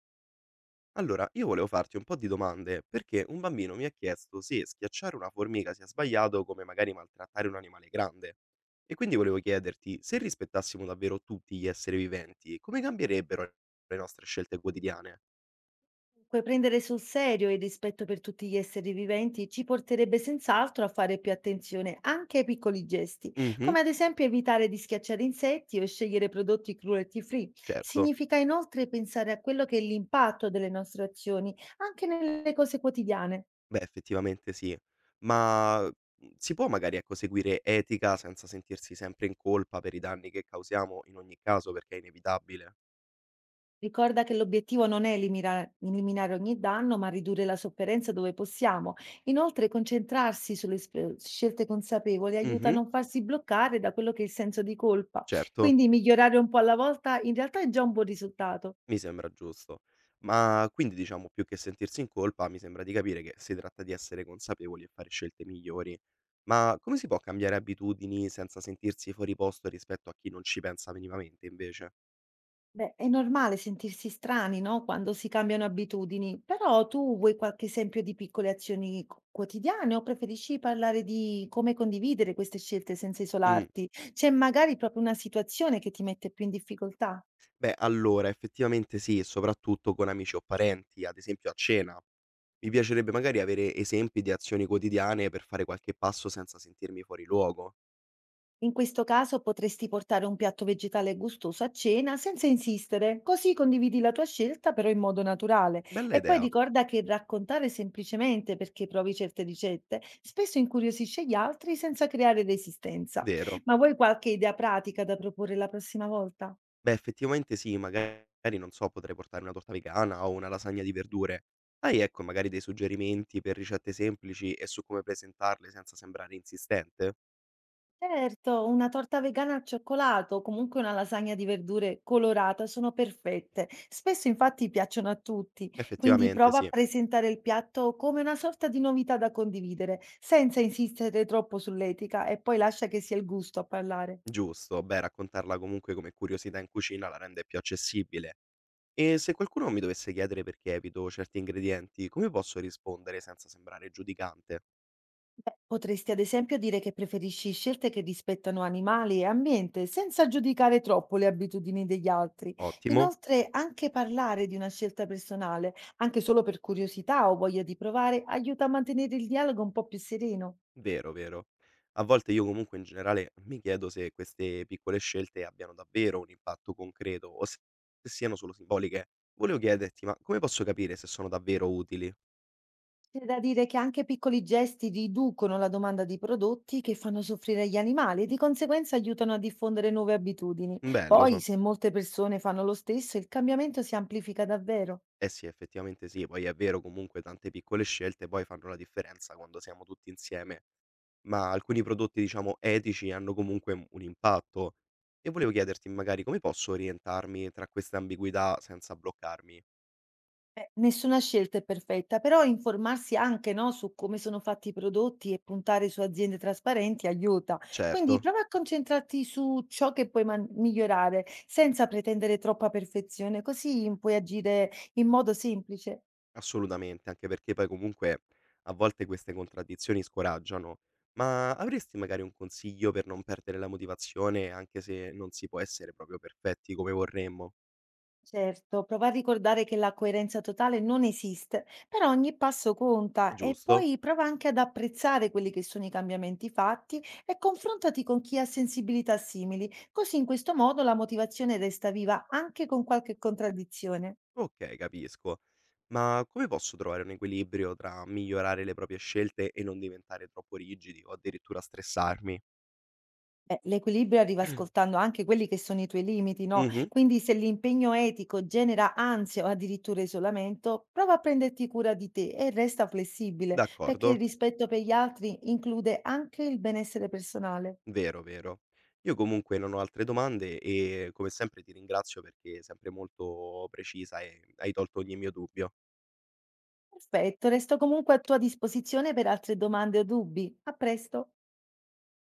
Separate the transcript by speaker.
Speaker 1: Allora, io volevo farti un po' di domande perché un bambino mi ha chiesto se schiacciare una formica sia sbagliato come magari maltrattare un animale grande. E quindi volevo chiederti, se rispettassimo davvero tutti gli esseri viventi, come cambierebbero le nostre scelte quotidiane?
Speaker 2: Dunque, prendere sul serio il rispetto per tutti gli esseri viventi ci porterebbe senz'altro a fare più attenzione anche ai piccoli gesti,
Speaker 1: Mhm,
Speaker 2: come ad esempio evitare di schiacciare insetti o scegliere prodotti cruelty free.
Speaker 1: certo.
Speaker 2: Significa inoltre pensare a quello che è l'impatto delle nostre azioni, anche nelle cose quotidiane.
Speaker 1: Beh, effettivamente sì. Ma si può magari ecco, seguire etica senza sentirsi sempre in colpa per i danni che causiamo in ogni caso perché è inevitabile?
Speaker 2: Ricorda che l'obiettivo non è eliminare ogni danno, ma ridurre la sofferenza dove possiamo. Inoltre, concentrarsi sulle scelte consapevoli aiuta a
Speaker 1: Mhm,
Speaker 2: non farsi bloccare da quello che è il senso di colpa.
Speaker 1: certo.
Speaker 2: Quindi migliorare un po' alla volta in realtà è già un buon risultato.
Speaker 1: Mi sembra giusto. Ma quindi diciamo più che sentirsi in colpa, mi sembra di capire che si tratta di essere consapevoli e fare scelte migliori. Ma come si può cambiare abitudini senza sentirsi fuori posto rispetto a chi non ci pensa minimamente invece?
Speaker 2: Beh, è normale sentirsi strani, no? Quando si cambiano abitudini, però tu vuoi qualche esempio di piccole azioni quotidiane o preferisci parlare di come condividere queste scelte senza
Speaker 1: Mh,
Speaker 2: isolarti? C'è magari proprio una situazione che ti mette più in difficoltà?
Speaker 1: beh allora effettivamente sì, soprattutto con amici o parenti, ad esempio a cena. Mi piacerebbe magari avere esempi di azioni quotidiane per fare qualche passo senza sentirmi fuori luogo.
Speaker 2: In questo caso potresti portare un piatto vegetale gustoso a cena senza insistere, così condividi la tua scelta però in modo naturale.
Speaker 1: Bella
Speaker 2: E poi
Speaker 1: idea,
Speaker 2: ricorda che raccontare semplicemente perché provi certe ricette spesso incuriosisce gli altri senza creare resistenza.
Speaker 1: vero.
Speaker 2: Ma vuoi qualche idea pratica da proporre la prossima volta?
Speaker 1: Beh, effettivamente sì, magari non so, potrei portare una torta vegana o una lasagna di verdure. Hai, ecco, magari dei suggerimenti per ricette semplici e su come presentarle senza sembrare insistente?
Speaker 2: Certo, una torta vegana al cioccolato o comunque una lasagna di verdure colorata sono perfette. Spesso infatti piacciono a tutti, quindi
Speaker 1: Effettivamente
Speaker 2: prova a
Speaker 1: sì,
Speaker 2: presentare il piatto come una sorta di novità da condividere, senza insistere troppo sull'etica e poi lascia che sia il gusto a parlare.
Speaker 1: giusto. Beh, raccontarla comunque come curiosità in cucina la rende più accessibile. E se qualcuno mi dovesse chiedere perché evito certi ingredienti, come posso rispondere senza sembrare giudicante?
Speaker 2: Beh, potresti ad esempio dire che preferisci scelte che rispettano animali e ambiente, senza giudicare troppo le abitudini degli altri.
Speaker 1: Ottimo.
Speaker 2: Inoltre, anche parlare di una scelta personale, anche solo per curiosità o voglia di provare, aiuta a mantenere il dialogo un po' più sereno.
Speaker 1: Vero, vero. A volte io comunque in generale mi chiedo se queste piccole scelte abbiano davvero un impatto concreto o se siano solo simboliche. Volevo chiederti, ma come posso capire se sono davvero utili?
Speaker 2: C'è da dire che anche piccoli gesti riducono la domanda di prodotti che fanno soffrire gli animali e di conseguenza aiutano a diffondere nuove abitudini.
Speaker 1: Bello,
Speaker 2: Poi,
Speaker 1: so.
Speaker 2: se molte persone fanno lo stesso, il cambiamento si amplifica davvero.
Speaker 1: Eh sì, effettivamente sì, poi è vero comunque tante piccole scelte poi fanno la differenza quando siamo tutti insieme, ma alcuni prodotti diciamo etici hanno comunque un impatto. E volevo chiederti magari come posso orientarmi tra queste ambiguità senza bloccarmi.
Speaker 2: Nessuna scelta è perfetta, però informarsi anche, no, su come sono fatti i prodotti e puntare su aziende trasparenti aiuta. Quindi
Speaker 1: Certo.
Speaker 2: prova a concentrarti su ciò che puoi migliorare senza pretendere troppa perfezione, così puoi agire in modo semplice.
Speaker 1: Assolutamente, anche perché poi comunque a volte queste contraddizioni scoraggiano. Ma avresti magari un consiglio per non perdere la motivazione anche se non si può essere proprio perfetti come vorremmo,
Speaker 2: Certo, prova a ricordare che la coerenza totale non esiste, però ogni passo conta e
Speaker 1: giusto?
Speaker 2: poi prova anche ad apprezzare quelli che sono i cambiamenti fatti e confrontati con chi ha sensibilità simili, così in questo modo la motivazione resta viva anche con qualche contraddizione.
Speaker 1: Okay, capisco. Ma come posso trovare un equilibrio tra migliorare le proprie scelte e non diventare troppo rigidi o addirittura stressarmi?
Speaker 2: Beh, l'equilibrio arriva ascoltando anche quelli che sono i tuoi limiti, no?
Speaker 1: Mh-mh,
Speaker 2: Quindi se l'impegno etico genera ansia o addirittura isolamento, prova a prenderti cura di te e resta flessibile, perché il
Speaker 1: d'accordo.
Speaker 2: rispetto per gli altri include anche il benessere personale.
Speaker 1: Vero, vero. Io comunque non ho altre domande e come sempre ti ringrazio perché è sempre molto precisa e hai tolto ogni mio dubbio.
Speaker 2: Perfetto, resto comunque a tua disposizione per altre domande o dubbi. A presto!